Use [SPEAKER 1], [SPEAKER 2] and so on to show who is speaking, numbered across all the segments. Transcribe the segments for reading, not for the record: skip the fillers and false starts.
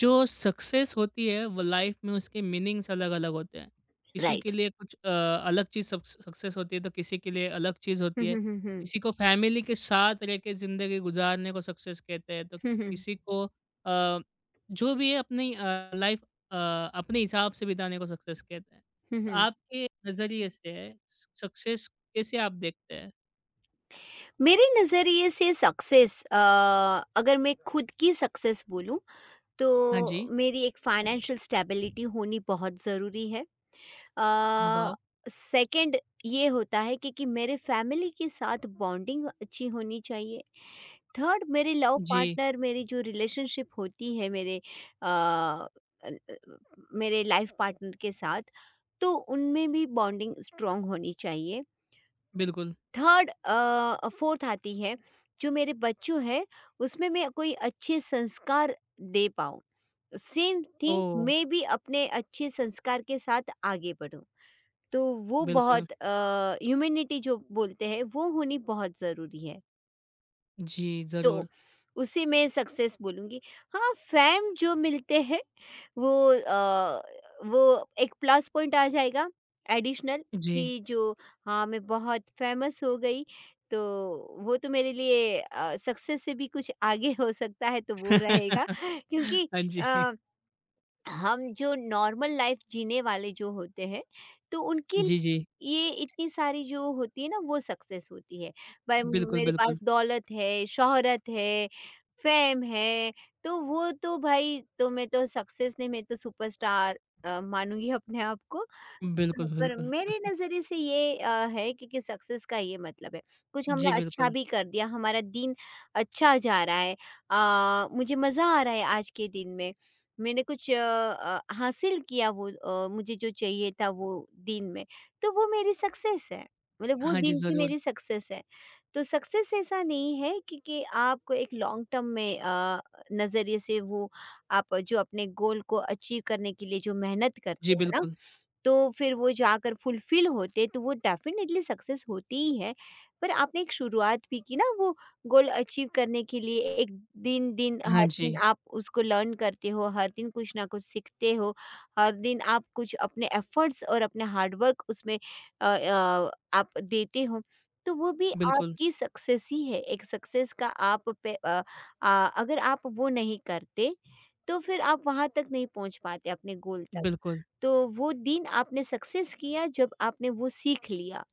[SPEAKER 1] जो सक्सेस होती है वो लाइफ में उसके मीनिंग्स अलग-अलग होते हैं। किसी के
[SPEAKER 2] राइट।
[SPEAKER 1] लिए कुछ अलग चीज़ सक्सेस होती है तो किसी के लिए अलग चीज़ होती
[SPEAKER 2] हम्म,
[SPEAKER 1] है।
[SPEAKER 2] हम्म, हम्म,
[SPEAKER 1] किसी को फैमिली के साथ रह के ज़िंदगी गुज़ारने को सक्सेस कहते हैं तो
[SPEAKER 2] हम्म, हम्म,
[SPEAKER 1] किसी को जो भी है अपनी लाइफ अ, अपने हिसाब से बिताने को सक्सेस कहते हैं। तो
[SPEAKER 2] हम्म।
[SPEAKER 1] आपके नज़रिए से सक्सेस कैसे आप देखते हैं?
[SPEAKER 2] मेरे नज़रिए से सक्सेस, अगर मैं खुद की सक्सेस बोलूं तो
[SPEAKER 1] हाँ जी,
[SPEAKER 2] मेरी एक फाइनेंशियल स्टेबिलिटी होनी बहुत ज़रूरी है।
[SPEAKER 1] वाव!
[SPEAKER 2] सेकंड ये होता है कि मेरे फैमिली के साथ बॉन्डिंग अच्छी होनी चाहिए। थर्ड मेरे लव
[SPEAKER 1] जी,
[SPEAKER 2] पार्टनर, मेरी जो रिलेशनशिप होती है मेरे अ, अ, अ, मेरे लाइफ पार्टनर के साथ, तो उनमें भी बॉन्डिंग स्ट्रांग होनी चाहिए।
[SPEAKER 1] बिल्कुल।
[SPEAKER 2] थर्ड फोर्थ आती है, जो मेरे बच्चों है उसमें मैं कोई अच्छे संस्कार दे पाऊँ। Same thing
[SPEAKER 1] oh!
[SPEAKER 2] मैं भी अपने अच्छे संस्कार के साथ आगे बढ़ूँ। तो वो
[SPEAKER 1] बिल्कुल।
[SPEAKER 2] बहुत ह्यूमैनिटी जो बोलते हैं वो होनी बहुत ज़रूरी है।
[SPEAKER 1] जी, ज़रूर।
[SPEAKER 2] तो उसी में सक्सेस बोलूँगी। हाँ, फैम जो मिलते हैं वो वो एक प्लस पॉइंट आ जाएगा, एडिशनल,
[SPEAKER 1] जी।
[SPEAKER 2] कि जो हाँ, मैं बहुत फेमस हो गई, तो वो तो मेरे लिए सक्सेस से भी कुछ आगे हो सकता है, तो वो रहेगा। क्योंकि
[SPEAKER 1] हाँ जी।
[SPEAKER 2] अ हम जो नॉर्मल लाइफ जीने वाले जो होते हैं, तो उनके लिए
[SPEAKER 1] जी, जी।
[SPEAKER 2] ये इतनी सारी जो होती है ना, वो सक्सेस होती है। भाई
[SPEAKER 1] बिल्कुल,
[SPEAKER 2] मेरे पास
[SPEAKER 1] बिल्कुल।
[SPEAKER 2] दौलत है, शोहरत है, फेम है, तो वो तो भाई, तो मैं तो सक्सेस नहीं, मैं तो सुपरस्टार मानूंगी अपने आप को। तो
[SPEAKER 1] बिल्कुल,
[SPEAKER 2] पर
[SPEAKER 1] बिल्कुल।
[SPEAKER 2] मेरे नज़रिए से ये है कि सक्सेस का ये मतलब है। कुछ हुँ।
[SPEAKER 1] जी,
[SPEAKER 2] हमने अच्छा
[SPEAKER 1] बिल्कुल।
[SPEAKER 2] भी कर दिया, हमारा दिन अच्छा जा रहा है, मुझे मज़ा आ रहा है आज के दिन में। मैंने कुछ हासिल किया, वो मुझे जो चाहिए था वो दिन में, तो वो मेरी सक्सेस है। मतलब वो
[SPEAKER 1] हाँ जी,
[SPEAKER 2] दिन की
[SPEAKER 1] ज़रूर।
[SPEAKER 2] मेरी सक्सेस है। तो सक्सेस ऐसा नहीं है कि आपको एक लॉन्ग टर्म में नज़रिए से वो आप जो अपने गोल को अचीव करने के लिए जो मेहनत
[SPEAKER 1] जी,
[SPEAKER 2] करते हो ना,
[SPEAKER 1] बिल्कुल।
[SPEAKER 2] तो फिर वो जाकर फुलफ़िल होते, तो वो डेफ़िनेटली सक्सेस होती ही है। पर आपने एक शुरुआत भी की ना वो गोल अचीव करने के लिए, एक दिन-दिन
[SPEAKER 1] हाँ
[SPEAKER 2] हर दिन
[SPEAKER 1] जी।
[SPEAKER 2] आप उसको लर्न करते हो, हर दिन कुछ ना कुछ सीखते हो, हर दिन आप कुछ अपने एफ़र्ट्स और अपने हार्ड वर्क उसमें आप देते हो। तो वो भी
[SPEAKER 1] बिल्कुल,
[SPEAKER 2] आपकी सक्सेस ही है, एक सक्सेस का आप पे अगर आप वो नहीं करते, तो फिर आप वहाँ तक नहीं पहुँच पाते अपने गोल तक।
[SPEAKER 1] बिल्कुल।
[SPEAKER 2] तो वो दिन आपने सक्सेस किया जब आपने वो सीख लिया।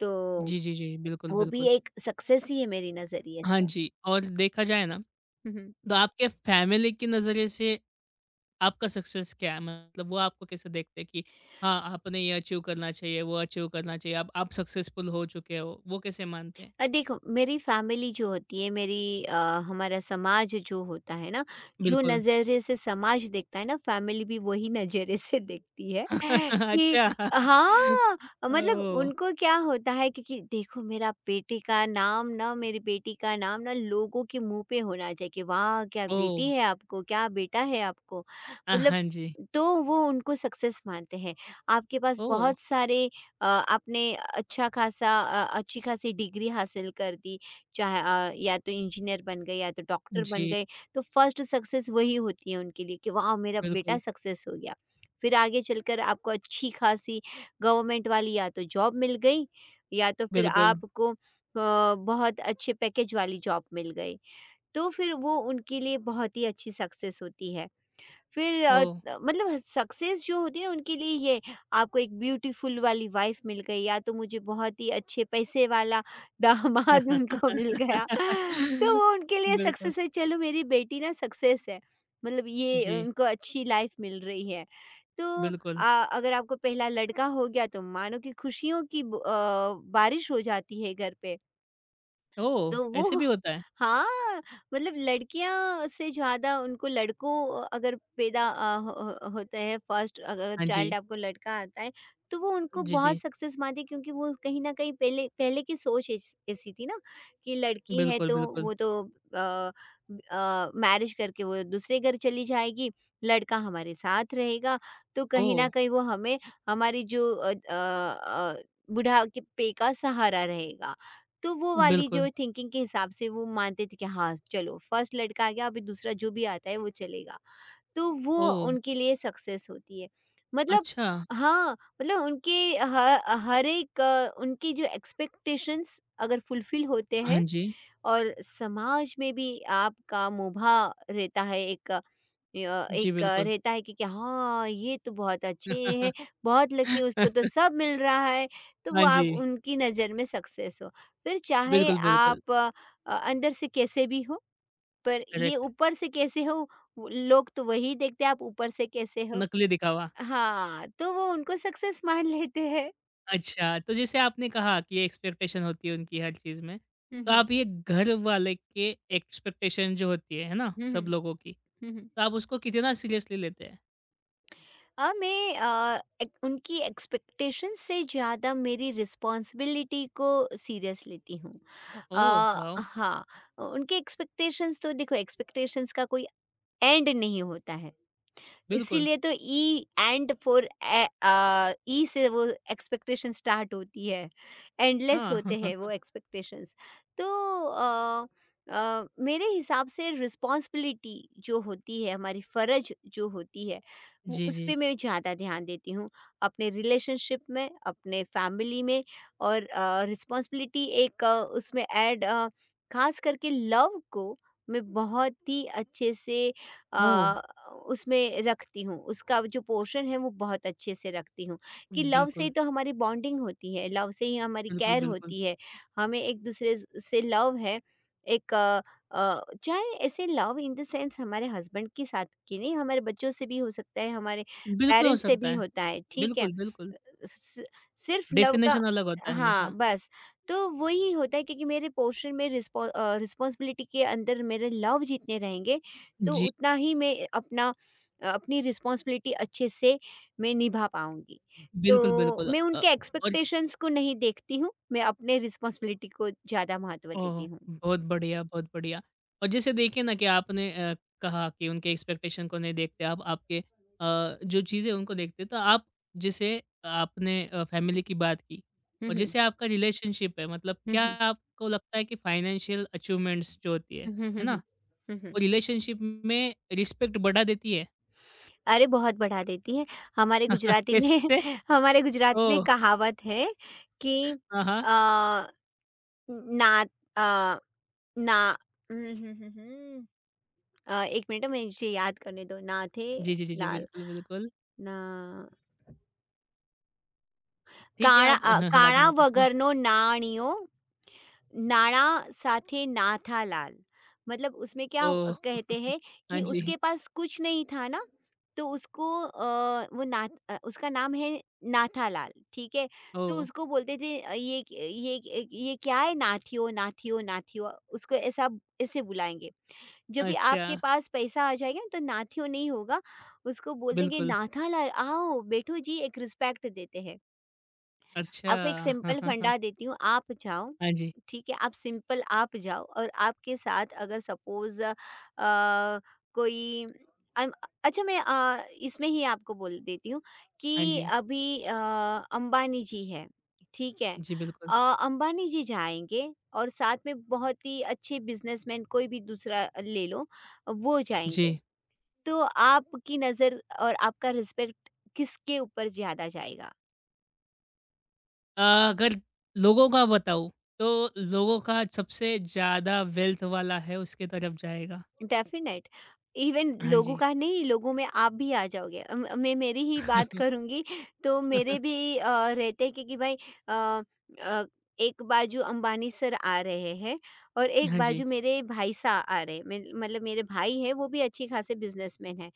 [SPEAKER 2] तो
[SPEAKER 1] जी, जी, जी। बिल्कुल,
[SPEAKER 2] वो भी
[SPEAKER 1] बिल्कुल।
[SPEAKER 2] एक सक्सेस ही है मेरी नज़रिए
[SPEAKER 1] हाँ
[SPEAKER 2] से।
[SPEAKER 1] जी, और देखा जाए ना, तो आपके फैमिली के नज़रिए से आपका सक्सेस क्या है? मतलब वो आपको कैसे देखते हैं कि हाँ, आपने ये अचीव करना चाहिए, वो अचीव करना चाहिए, आप सक्सेसफुल हो चुके हो, वो कैसे मानते हैं?
[SPEAKER 2] देखो मेरी फैमिली जो होती है मेरी हमारा समाज जो होता है ना, जो
[SPEAKER 1] बिल्कुल।
[SPEAKER 2] नज़रिए से समाज देखता है ना, फैमिली भी वही नज़रिए से देखती है कि
[SPEAKER 1] अच्छा।
[SPEAKER 2] हाँ, मतलब
[SPEAKER 1] ओह!
[SPEAKER 2] उनको क्या होता है क्योंकि देखो मेरा बेटे का नाम ना, मेरी बेटी का नाम ना लोगों के मुंह पे होना चाहिए कि वाह क्या
[SPEAKER 1] ओह!
[SPEAKER 2] बेटी है आपको, क्या बेटा है आपको। मतलब
[SPEAKER 1] हाँ जी।
[SPEAKER 2] तो वो उनको सक्सेस मानते हैं। आपके पास
[SPEAKER 1] ओह!
[SPEAKER 2] बहुत सारे आपने अच्छा खासा अच्छी खासी डिग्री हासिल कर दी, चाहे या तो इंजीनियर बन गए या तो डॉक्टर बन
[SPEAKER 1] जी,
[SPEAKER 2] गए, तो फर्स्ट सक्सेस वही होती है उनके लिए कि वाओ! मेरा बेटा
[SPEAKER 1] बिल्कुल,
[SPEAKER 2] सक्सेस हो गया। फिर आगे चलकर आपको अच्छी खासी गवर्नमेंट वाली या तो जॉब मिल गई, या तो फिर
[SPEAKER 1] बिल्कुल।
[SPEAKER 2] आपको बहुत अच्छे पैकेज वाली जॉब मिल गई, तो फिर वो उनके लिए बहुत ही अच्छी सक्सेस होती है। फिर
[SPEAKER 1] ओह!
[SPEAKER 2] मतलब सक्सेस जो होती है ना उनके लिए ये, आपको एक ब्यूटीफुल वाली वाइफ मिल गई, या तो मुझे बहुत ही अच्छे पैसे वाला दामाद उनको मिल गया, तो वो उनके लिए
[SPEAKER 1] बिल्कुल,
[SPEAKER 2] सक्सेस है, चलो मेरी बेटी ना सक्सेस है, मतलब ये
[SPEAKER 1] जी,
[SPEAKER 2] उनको अच्छी लाइफ मिल रही है। तो
[SPEAKER 1] बिल्कुल।
[SPEAKER 2] आ, अगर आपको पहला लड़का हो गया तो मानो कि खुशियों की बारिश हो जाती है घर पे।
[SPEAKER 1] ओह!
[SPEAKER 2] तो
[SPEAKER 1] ऐसे
[SPEAKER 2] वो
[SPEAKER 1] भी होता है?
[SPEAKER 2] हाँ, मतलब लड़कियाँ से ज़्यादा उनको लड़कों अगर पैदा , हो होता है, फर्स्ट अगर
[SPEAKER 1] हाँ जी।
[SPEAKER 2] चाइल्ड आपको लड़का आता है, तो वो उनको
[SPEAKER 1] जी,
[SPEAKER 2] बहुत
[SPEAKER 1] जी।
[SPEAKER 2] सक्सेस मानती है। क्योंकि वो कहीं न कहीं पहले पहले की सोच ऐस ऐसी थी ना कि लड़की है
[SPEAKER 1] बिल्कुल,
[SPEAKER 2] तो
[SPEAKER 1] बिल्कुल।
[SPEAKER 2] वो तो मैरिज करके वो दूसरे घर चली जाएगी, लड़का हमारे साथ रहेगा, तो कहीं
[SPEAKER 1] ओह!
[SPEAKER 2] न कहीं वो हमें हमारी जो बुढ़ापे का सहारा रहेगा। तो वो वाली
[SPEAKER 1] बिल्कुल।
[SPEAKER 2] जो थिंकिंग के हिसाब से वो मानते थे कि हाँ चलो फर्स्ट लड़का आ गया, अभी दूसरा जो भी आता है वो चलेगा, तो वो
[SPEAKER 1] ओह!
[SPEAKER 2] उनके लिए सक्सेस होती है। मतलब
[SPEAKER 1] अच्छा।
[SPEAKER 2] हाँ, मतलब उनके हर हर एक उनकी जो एक्सपेक्टेशंस अगर फुलफिल होते
[SPEAKER 1] हाँ
[SPEAKER 2] हैं,
[SPEAKER 1] जी।
[SPEAKER 2] और समाज में भी आपका मुभा रहता है एक
[SPEAKER 1] जी,
[SPEAKER 2] एक
[SPEAKER 1] बिल्कुल।
[SPEAKER 2] रहता है कि हाँ, ये तो बहुत अच्छे हैं, बहुत लकी, उसको तो सब मिल रहा है, तो
[SPEAKER 1] हाँ
[SPEAKER 2] वो
[SPEAKER 1] जी।
[SPEAKER 2] आप उनकी नज़र में सक्सेस हो। फिर चाहे
[SPEAKER 1] बिल्कुल, बिल्कुल,
[SPEAKER 2] आप अंदर से कैसे भी हो, पर ये
[SPEAKER 1] करेक्ट।
[SPEAKER 2] ऊपर से कैसे हो, लोग तो वही देखते हैं आप ऊपर से कैसे हो।
[SPEAKER 1] नकली दिखावा।
[SPEAKER 2] हाँ, तो वो उनको सक्सेस मान लेते हैं।
[SPEAKER 1] अच्छा, तो जैसे आपने कहा कि ये एक्सपेक्टेशन होती है उनकी हर चीज़ में,
[SPEAKER 2] हुँ,
[SPEAKER 1] तो
[SPEAKER 2] हुँ।
[SPEAKER 1] आप ये घर वाले के एक्सपेक्टेशन जो होती है ना,
[SPEAKER 2] हुँ, हुँ।
[SPEAKER 1] सब लोगों की
[SPEAKER 2] हुँ, हुँ।
[SPEAKER 1] तो आप उसको कितना सीरियसली लेते हैं?
[SPEAKER 2] मैं एक, उनकी एक्सपेक्टेशन से ज़्यादा मेरी रिस्पॉन्सिबिलिटी को सीरियस लेती हूँ।
[SPEAKER 1] Oh, wow!
[SPEAKER 2] हाँ, उनके एक्सपेक्टेशंस तो देखो, एक्सपेक्टेशंस का कोई एंड नहीं होता है।
[SPEAKER 1] बिल्कुल,
[SPEAKER 2] इसीलिए तो ई एंड फॉर ए आ, ई से वो एक्सपेक्टेशन स्टार्ट होती है, एंडलेस
[SPEAKER 1] हाँ।
[SPEAKER 2] होते हैं वो एक्सपेक्टेशंस। तो अ, मेरे हिसाब से रिस्पॉन्सिबिलिटी जो होती है, हमारी फ़र्ज जो होती है, वो
[SPEAKER 1] जी,
[SPEAKER 2] उस
[SPEAKER 1] जी।
[SPEAKER 2] पे मैं ज़्यादा ध्यान देती हूँ अपने रिलेशनशिप में, अपने फैमिली में। और रिस्पॉन्सिबिलिटी एक उसमें ऐड, खास करके लव को मैं बहुत ही अच्छे से अ,
[SPEAKER 1] ओह!
[SPEAKER 2] उसमें रखती हूँ, उसका जो पोर्शन है वो बहुत अच्छे से रखती हूँ। कि लव से ही
[SPEAKER 1] बिल्कुल,
[SPEAKER 2] तो हमारी बॉन्डिंग होती है, लव से ही हमारी
[SPEAKER 1] बिल्कुल,
[SPEAKER 2] केयर
[SPEAKER 1] बिल्कुल।
[SPEAKER 2] होती है, हमें एक दूसरे से लव है, एक चाहे ऐसे लव इन द सेंस हमारे हस्बैंड के साथ की नहीं, हमारे बच्चों से भी हो सकता है, हमारे
[SPEAKER 1] बिल्कुल हो
[SPEAKER 2] पेरेंट्स से
[SPEAKER 1] सकता
[SPEAKER 2] भी
[SPEAKER 1] है।
[SPEAKER 2] होता है, ठीक है।
[SPEAKER 1] बिल्कुल, बिल्कुल।
[SPEAKER 2] सि सिर्फ लव का
[SPEAKER 1] डेफ़िनेशन अलग होता है
[SPEAKER 2] हाँ,
[SPEAKER 1] हमेशा।
[SPEAKER 2] बस। तो वही होता है क्योंकि मेरे पोर्शन में रिस्पॉन्सिबिलिटी के अंदर मेरे लव जितने रहेंगे, तो
[SPEAKER 1] जी,
[SPEAKER 2] उतना ही मैं अपना अपनी रिस्पॉन्सिबिलिटी अच्छे से मैं निभा पाऊँगी।
[SPEAKER 1] बिल्कुल,
[SPEAKER 2] तो
[SPEAKER 1] बिल्कुल
[SPEAKER 2] मैं
[SPEAKER 1] अ,
[SPEAKER 2] उनके
[SPEAKER 1] और
[SPEAKER 2] एक्सपेक्टेशंस को नहीं देखती हूँ, मैं अपने रिस्पॉन्सिबिलिटी को ज़्यादा महत्व देती
[SPEAKER 1] ओह!
[SPEAKER 2] हूँ।
[SPEAKER 1] बहुत बढ़िया, बहुत बढ़िया। और जैसे देखिए ना कि आपने कहा कि उनके एक्सपेक्टेशन को नहीं देखते आप, आपके जो चीज़ें उनको देखते, तो आप जैसे आपने फैमिली की बात की
[SPEAKER 2] हुँ,
[SPEAKER 1] और
[SPEAKER 2] हुँ।
[SPEAKER 1] जैसे आपका रिलेशनशिप है, मतलब
[SPEAKER 2] हुँ,
[SPEAKER 1] क्या
[SPEAKER 2] हुँ।
[SPEAKER 1] आपको लगता है कि फाइनेंशियल अचीवमेंट्स जो होती
[SPEAKER 2] हुँ, हुँ,
[SPEAKER 1] है
[SPEAKER 2] हुँ,
[SPEAKER 1] ना?
[SPEAKER 2] हुँ।
[SPEAKER 1] वो
[SPEAKER 2] हुँ, हुँ।
[SPEAKER 1] रिलेशनशिप में रिस्पेक्ट बढ़ा देती है?
[SPEAKER 2] अरे! बहुत बढ़ा देती है। हमारे गुजराती में
[SPEAKER 1] किससे?
[SPEAKER 2] हमारे गुजराती में
[SPEAKER 1] ओह!
[SPEAKER 2] कहावत है कि
[SPEAKER 1] हाँ, हाँ।
[SPEAKER 2] अ, ना अ, ना हुँ, हुँ, हुँ, हुँ। 1 मिनट, हाँ, मुझे याद करने दो। नाथे
[SPEAKER 1] जी, जी, जी, जी।
[SPEAKER 2] लाल
[SPEAKER 1] बिल्कुल, बिल्कुल।
[SPEAKER 2] ना
[SPEAKER 1] ठीक है
[SPEAKER 2] काणा
[SPEAKER 1] आप हाँ, हाँ, बाद में
[SPEAKER 2] "કાણા
[SPEAKER 1] बताएँ। हाँ।
[SPEAKER 2] વગરનો નાણિયો नाणा साथे ना था लाल, मतलब उसमें क्या
[SPEAKER 1] ओह!
[SPEAKER 2] कहते हैं कि
[SPEAKER 1] हाँ जी।
[SPEAKER 2] उसके पास कुछ नहीं था ना, तो उसको वो ना उसका नाम है नाथालाल, ठीक है। तो
[SPEAKER 1] ओह!
[SPEAKER 2] उसको बोलते थे , ये ये क्या है नाथियो नाथियो नाथियो, उसको ऐसा ऐसे बुलाएंगे। जब भी
[SPEAKER 1] अच्छा,
[SPEAKER 2] आपके पास पैसा आ जाएगा ना, तो नाथियो नहीं होगा, उसको बोल देंगे
[SPEAKER 1] बिल्कुल।
[SPEAKER 2] नाथालाल आओ बैठो जी, एक रिस्पेक्ट देते हैं।
[SPEAKER 1] अच्छा।
[SPEAKER 2] आपको एक
[SPEAKER 1] हाँ,
[SPEAKER 2] सिंपल
[SPEAKER 1] हाँ, हाँ।
[SPEAKER 2] फंडा देती हूँ, आप जाओ,
[SPEAKER 1] हाँ जी,
[SPEAKER 2] ठीक है? आप सिंपल आप जाओ, और आपके साथ अगर सपोज़ कोई अम अच्छा, मैं इसमें ही आपको बोल देती हूँ
[SPEAKER 1] हाँ
[SPEAKER 2] कि
[SPEAKER 1] जी।
[SPEAKER 2] अभी अंबानी जी हैं, ठीक है?
[SPEAKER 1] जी, बिल्कुल।
[SPEAKER 2] अ, अंबानी जी जाएँगे और साथ में बहुत ही अच्छे बिज़नेसमैन कोई भी दूसरा ले लो, वो जाएँगे।
[SPEAKER 1] जी।
[SPEAKER 2] तो आपकी नज़र और आपका रिस्पेक्ट किसके ऊपर ज़्यादा जाएगा?
[SPEAKER 1] अ, अगर लोगों का बताऊँ, तो लोगों का सबसे ज़्यादा वेल्थ वाला है, उसके तरफ जाएगा।
[SPEAKER 2] डेफिनेट, इवन
[SPEAKER 1] हाँ
[SPEAKER 2] लोगों
[SPEAKER 1] जी।
[SPEAKER 2] का नहीं, लोगों में आप भी आ जाओगे। मैं मेरी ही बात करूंगी, तो मेरे भी रहते हैं कि भाई अ, अ, एक बाजू अंबानी सर आ रहे हैं और एक
[SPEAKER 1] हाँ जी।
[SPEAKER 2] बाजू मेरे भाई सा आ रहे हैं, मतलब मेरे भाई है वो भी अच्छी खासे बिजनेसमैन है,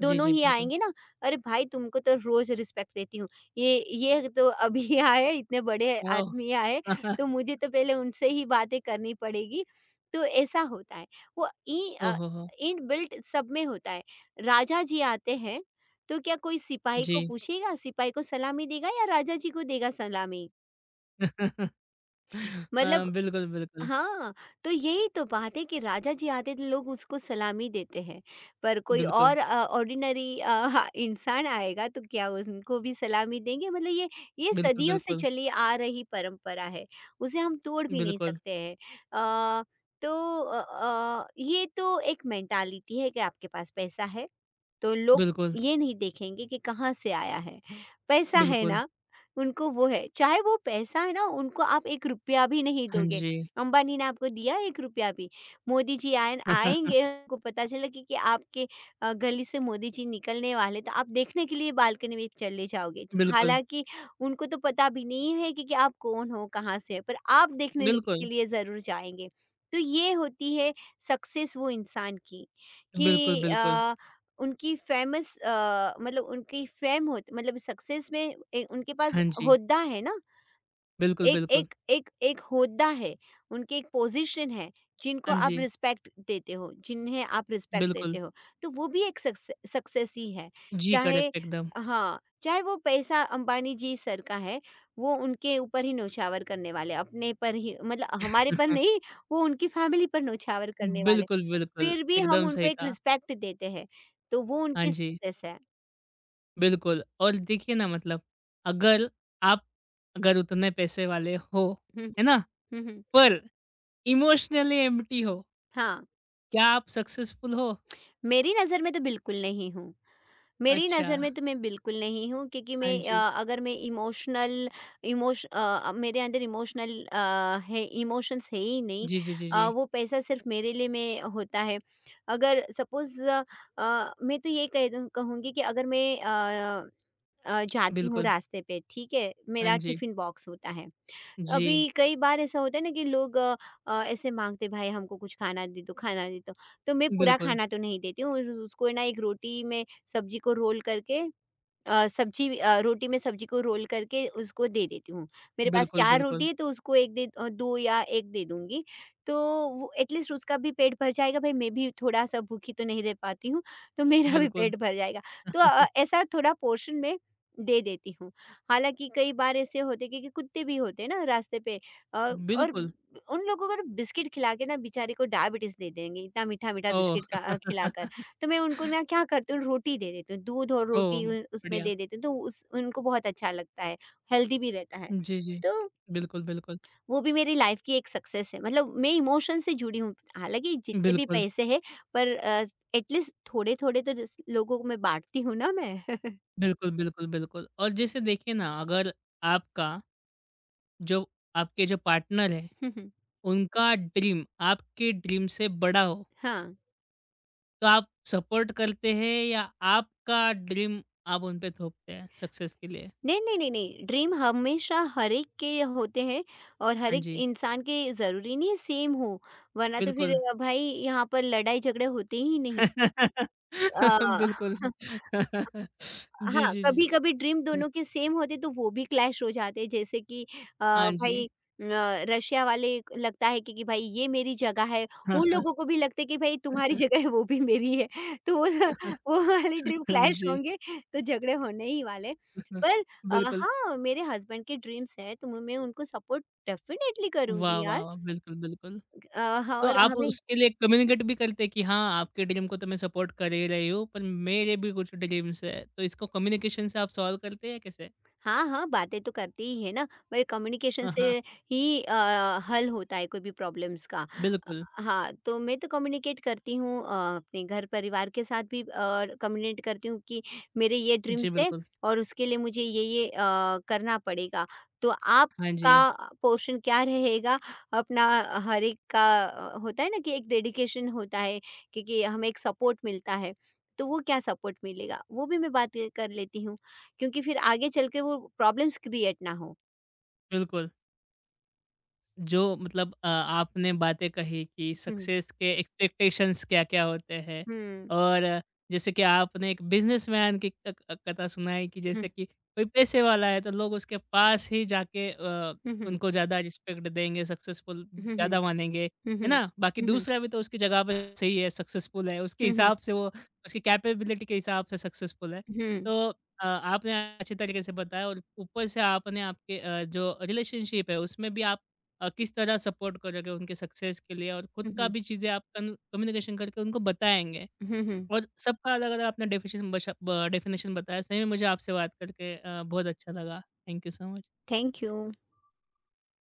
[SPEAKER 1] जी,
[SPEAKER 2] दोनों
[SPEAKER 1] जी,
[SPEAKER 2] ही
[SPEAKER 1] बिल्कुल।
[SPEAKER 2] आएंगे ना, अरे भाई तुमको तो रोज रिस्पेक्ट देती हूँ, ये ये तो अभी आए, इतने बड़े
[SPEAKER 1] वाओ!
[SPEAKER 2] आदमी आए,
[SPEAKER 1] ओह
[SPEAKER 2] तो मुझे तो पहले उनसे ही बातें करनी पड़ेगी। तो ऐसा होता है, वो
[SPEAKER 1] हो हो!
[SPEAKER 2] इनबिल्ट सब में होता है। राजा जी आते हैं, तो क्या कोई सिपाही को
[SPEAKER 1] जी।
[SPEAKER 2] पूछेगा, सिपाही को सलामी देगा या राजा जी को देगा सलामी? मतलब
[SPEAKER 1] बिल्कुल, बिल्कुल।
[SPEAKER 2] हाँ, तो यही तो बात है कि राजा जी आते थे लोग उसको सलामी देते हैं, पर कोई
[SPEAKER 1] बिल्कुल,
[SPEAKER 2] और ऑर्डिनरी हाँ, इंसान आएगा तो क्या उनको भी सलामी देंगे? मतलब ये
[SPEAKER 1] बिल्कुल,
[SPEAKER 2] सदियों से
[SPEAKER 1] बिल्कुल।
[SPEAKER 2] चली आ रही परंपरा है। उसे हम तोड़ भी नहीं
[SPEAKER 1] बिल्कुल,
[SPEAKER 2] सकते हैं। अ, तो ये तो एक मेंटालिटी है कि आपके पास पैसा है तो लोग
[SPEAKER 1] बिल्कुल,
[SPEAKER 2] ये नहीं देखेंगे कि कहाँ से आया है। पैसा है
[SPEAKER 1] बिल्कुल।
[SPEAKER 2] ना, उनको वो है। चाहे वो पैसा है ना, उनको आप ₹1 भी नहीं
[SPEAKER 1] हाँ
[SPEAKER 2] दोगे।
[SPEAKER 1] जी।
[SPEAKER 2] अंबानी ने आपको दिया ₹1 भी। मोदी जी आए आएँगे, उनको पता चला कि आपके गली से मोदी जी निकलने वाले तो आप देखने के लिए बालकनी में चले जाओगे।
[SPEAKER 1] बिल्कुल,
[SPEAKER 2] हालाँकि उनको तो पता भी नहीं है कि आप कौन हो, कहाँ से हैं, पर आप देखने ल के
[SPEAKER 1] बिल्कुल,
[SPEAKER 2] लिए ज़रूर जाएँगे। तो ये होती है सक्सेस वो इंसान की
[SPEAKER 1] बिल्कुल,
[SPEAKER 2] कि
[SPEAKER 1] बिल्कुल।
[SPEAKER 2] उनकी फ़ेमस मतलब उनकी फ़ेम हो मतलब सक्सेस में ए उनके पास
[SPEAKER 1] हाँ जी।
[SPEAKER 2] होद्दा है ना।
[SPEAKER 1] बिल्कुल,
[SPEAKER 2] एक
[SPEAKER 1] बिल्कुल।
[SPEAKER 2] एक एक एक होदा है, उनकी एक पोज़ीशन है, जिनको
[SPEAKER 1] हाँ
[SPEAKER 2] आप
[SPEAKER 1] जी।
[SPEAKER 2] रिस्पेक्ट देते हो, जिन्हें आप रिस्पेक्ट
[SPEAKER 1] बिल्कुल।
[SPEAKER 2] देते हो, तो वो भी एक सक्सेस ही है।
[SPEAKER 1] जी,
[SPEAKER 2] चाहे
[SPEAKER 1] करेक्ट एकदम।
[SPEAKER 2] हाँ, चाहे वो पैसा अंबानी जी सर का है, वो उनके ऊपर ही नौछावर करने वाले, अपने पर ही मतलब हमारे पर नहीं, वो उनकी फैमिली पर नौछावर करने वाले,
[SPEAKER 1] बिल्कुल, बिल्कुल,
[SPEAKER 2] फिर भी हम
[SPEAKER 1] एकदम
[SPEAKER 2] उनको
[SPEAKER 1] सही
[SPEAKER 2] एक
[SPEAKER 1] कहा।
[SPEAKER 2] रिस्पेक्ट देते हैं, तो वो
[SPEAKER 1] हाँ
[SPEAKER 2] उनकी
[SPEAKER 1] जी,
[SPEAKER 2] सक्सेस है।
[SPEAKER 1] बिल्कुल और देखिए ना मतलब अगर आप अगर उतने पैसे वाले हो,
[SPEAKER 2] हुँ,
[SPEAKER 1] है ना?
[SPEAKER 2] हुँ, हुँ, हुँ।
[SPEAKER 1] पर इमोशनली एम्प्टी हो,
[SPEAKER 2] हाँ,
[SPEAKER 1] क्या आप सक्सेसफुल हो?
[SPEAKER 2] मेरी नज़र में तो बिल्कुल नहीं हूँ। मेरी
[SPEAKER 1] अच्छा,
[SPEAKER 2] नज़र में तो मैं बिल्कुल नहीं हूँ क्योंकि
[SPEAKER 1] हाँ
[SPEAKER 2] मैं
[SPEAKER 1] जी।
[SPEAKER 2] अगर मैं इमोशनल मेरे अंदर इमोशनल है इमोशंस है ही नहीं।
[SPEAKER 1] जी, जी, जी, जी,
[SPEAKER 2] वो पैसा सिर्फ मेरे लिए में होता है अगर सपोज़ मैं तो ये कह दूँ कहूँगी कि अगर मैं जाती हूँ
[SPEAKER 1] बिल्कुल।
[SPEAKER 2] रास्ते पे ठीक है
[SPEAKER 1] हाँ
[SPEAKER 2] मेरा
[SPEAKER 1] जी,
[SPEAKER 2] टिफ़िन बॉक्स होता है।
[SPEAKER 1] जी,
[SPEAKER 2] अभी कई बार ऐसा होता है ना कि लोग ऐसे मांगते भाई हमको कुछ खाना दे दो खाना दे दो। तो मैं पूरा
[SPEAKER 1] बिल्कुल,
[SPEAKER 2] खाना तो नहीं देती हूँ उसको ना एक रोटी में सब्जी को रोल करके रोटी में सब्जी को रोल करके उसको दे देती हूँ। मेरे पास
[SPEAKER 1] बिल्कुल,
[SPEAKER 2] 4 रोटी
[SPEAKER 1] बिल्कुल,
[SPEAKER 2] है तो उसको 1 दे 2 या 1 दे दूँगी। तो वो एटलीस्ट उसका भी पेट भर जाएगा, भई मैं भी थोड़ा-सा भूखी तो नहीं रह पाती हूँ, तो मेरा भी
[SPEAKER 1] बिल्कुल।
[SPEAKER 2] पेट भर जाएगा। तो ऐसा थोड़ा पोर्शन में दे देती हूँ। हालाँकि कई बार ऐसे होते हैं क्योंकि कुत्ते भी होते हैं ना रास्ते पे अ, और
[SPEAKER 1] बिल्कुल,
[SPEAKER 2] उन लोगों को ना बिस्किट खिला के ना बेचारे को डायबिटीज़ दे देंगे, इतना मीठा-मीठा
[SPEAKER 1] ओह!
[SPEAKER 2] बिस्किट का खिलाकर। तो मैं उनको ना क्या करती हूँ रोटी दे देती हूँ, दूध और
[SPEAKER 1] ओह!
[SPEAKER 2] रोटी उ उसमें
[SPEAKER 1] बढ़िया।
[SPEAKER 2] दे देती हूँ तो उस उनको बहुत अच्छा लगता है, हेल्दी भी रहता है।
[SPEAKER 1] जी, जी,
[SPEAKER 2] तो
[SPEAKER 1] बिल्कुल, बिल्कुल,
[SPEAKER 2] वो भी मेरी लाइफ़ की एक सक्सेस है मतलब मैं इमोशन से जुड़ी हूँ, हालाँकि जितने भी
[SPEAKER 1] बिल्कुल।
[SPEAKER 2] पैसे हैं। पर एटलीस्ट थोड़े-थोड़े तो जिस लोगों को मैं बाँटती हूँ ना मैं।
[SPEAKER 1] बिल्कुल, बिल्कुल, बिल्कुल। और जैसे देखिए ना, अगर आपका जो आपके जो पार्टनर हैं,
[SPEAKER 2] हुँ, हुँ।
[SPEAKER 1] उनका ड्रीम आपके ड्रीम से बड़ा हो,
[SPEAKER 2] हाँ।
[SPEAKER 1] तो आप सपोर्ट करते हैं या आपका ड्रीम आप उन पे थोपते हैं सक्सेस के लिए?
[SPEAKER 2] नहीं, नहीं, नहीं, नहीं ड्रीम हमेशा हर एक के होते हैं और हर
[SPEAKER 1] हाँ
[SPEAKER 2] एक
[SPEAKER 1] जी,
[SPEAKER 2] इंसान के ज़रूरी नहीं है सेम हो, वरना तो फिर
[SPEAKER 1] बिल्कुल।
[SPEAKER 2] भाई यहाँ पर लड़ाई-झगड़े होते ही नहीं। अ,
[SPEAKER 1] बिल्कुल। जी,
[SPEAKER 2] हाँ,
[SPEAKER 1] जी, जी।
[SPEAKER 2] कभी-कभी ड्रीम दोनों के सेम होते तो वो भी क्लैश हो जाते जैसे कि अ,
[SPEAKER 1] हाँ
[SPEAKER 2] भाई
[SPEAKER 1] जी।
[SPEAKER 2] रशिया वाले लगता है कि भाई ये मेरी जगह है, उन लोगों को भी लगता है कि भाई तुम्हारी जगह है वो भी मेरी है। तो वो वो वाले ड्रीम क्लैश
[SPEAKER 1] जी।
[SPEAKER 2] होंगे तो झगड़े होने ही वाले। पर
[SPEAKER 1] बिल्कुल।
[SPEAKER 2] हाँ, मेरे हस्बैंड के ड्रीम्स हैं तो मैं उनको सपोर्ट डेफ़िनेटली
[SPEAKER 1] वाह,
[SPEAKER 2] करूँगी
[SPEAKER 1] वाह,
[SPEAKER 2] यार।
[SPEAKER 1] वाह! बिल्कुल, बिल्कुल।
[SPEAKER 2] अ, हाँ,
[SPEAKER 1] तो
[SPEAKER 2] और
[SPEAKER 1] आप
[SPEAKER 2] हमें।
[SPEAKER 1] उसके लिए कम्युनिकेट भी करते कि हाँ, आपके ड्रीम को तो मैं सपोर्ट कर ही रही हूँ, पर मेरे भी कुछ ड्रीम्स हैं। तो इसको कम्युनिकेशन से आप सॉल्व करते हैं कैसे?
[SPEAKER 2] हाँ, हाँ, बातें तो करती ही है ना, वही कम्युनिकेशन
[SPEAKER 1] हाँ,
[SPEAKER 2] से
[SPEAKER 1] हाँ।
[SPEAKER 2] ही हल होता है कोई भी प्रॉब्लम्स का। अ,
[SPEAKER 1] बिल्कुल।
[SPEAKER 2] हाँ, तो मैं तो कम्युनिकेट करती हूँ अपने घर-परिवार के साथ भी कम्युनिकेट करती हूँ कि मेरे ये
[SPEAKER 1] जी,
[SPEAKER 2] ड्रीम्स है
[SPEAKER 1] बिल्कुल।
[SPEAKER 2] और उसके लिए मुझे ये करना पड़ेगा। तो
[SPEAKER 1] हाँ जी,
[SPEAKER 2] आपका पोर्शन क्या रहेगा? अपना हर एक का होता है ना कि एक डेडिकेशन होता है क्योंकि हमें एक सपोर्ट मिलता है, तो वो क्या सपोर्ट मिलेगा, वो भी मैं बात कर लेती हूँ। क्योंकि फिर आगे चलकर वो प्रॉब्लम्स क्रिएट ना हो।
[SPEAKER 1] बिल्कुल। जो मतलब आपने बातें कही कि
[SPEAKER 2] हुँ,
[SPEAKER 1] सक्सेस के एक्सपेक्टेशंस क्या-क्या होते हैं
[SPEAKER 2] हुँ,
[SPEAKER 1] और जैसे कि आपने एक बिज़नेसमैन की क क कथा सुनाई कि
[SPEAKER 2] हुँ,
[SPEAKER 1] जैसे कि कोई पैसे वाला है तो लोग उसके पास ही जाके
[SPEAKER 2] हुँ, हुँ,
[SPEAKER 1] उनको ज़्यादा रिस्पेक्ट देंगे, सक्सेसफुल
[SPEAKER 2] हुँ, हुँ,
[SPEAKER 1] ज़्यादा मानेंगे,
[SPEAKER 2] हुँ,
[SPEAKER 1] है
[SPEAKER 2] हुँ,
[SPEAKER 1] ना? बाकी
[SPEAKER 2] हुँ, हुँ,
[SPEAKER 1] दूसरा भी तो उसकी जगह पे सही है, सक्सेसफुल है, उसके
[SPEAKER 2] हुँ, हुँ,
[SPEAKER 1] हिसाब से वो उसकी कैपेबिलिटी के हिसाब से सक्सेसफुल है।
[SPEAKER 2] हुँ,
[SPEAKER 1] तो आपने अच्छे तरीके से बताया और ऊपर से आपने आपके जो रिलेशनशिप है उसमें भी आप किस तरह सपोर्ट करोगे उनके सक्सेस के लिए और खुद का
[SPEAKER 2] हुँ,
[SPEAKER 1] भी चीज़ें आप कन कम्युनिकेशन करके उनको बताएँगे।
[SPEAKER 2] हुँ, हुँ।
[SPEAKER 1] और सबका अलग-अलग आपने डेफिशन बशा ब डेफिनेशन बताया। सही में मुझे आपसे बात करके बहुत अच्छा लगा। Thank you so much.
[SPEAKER 2] Thank you.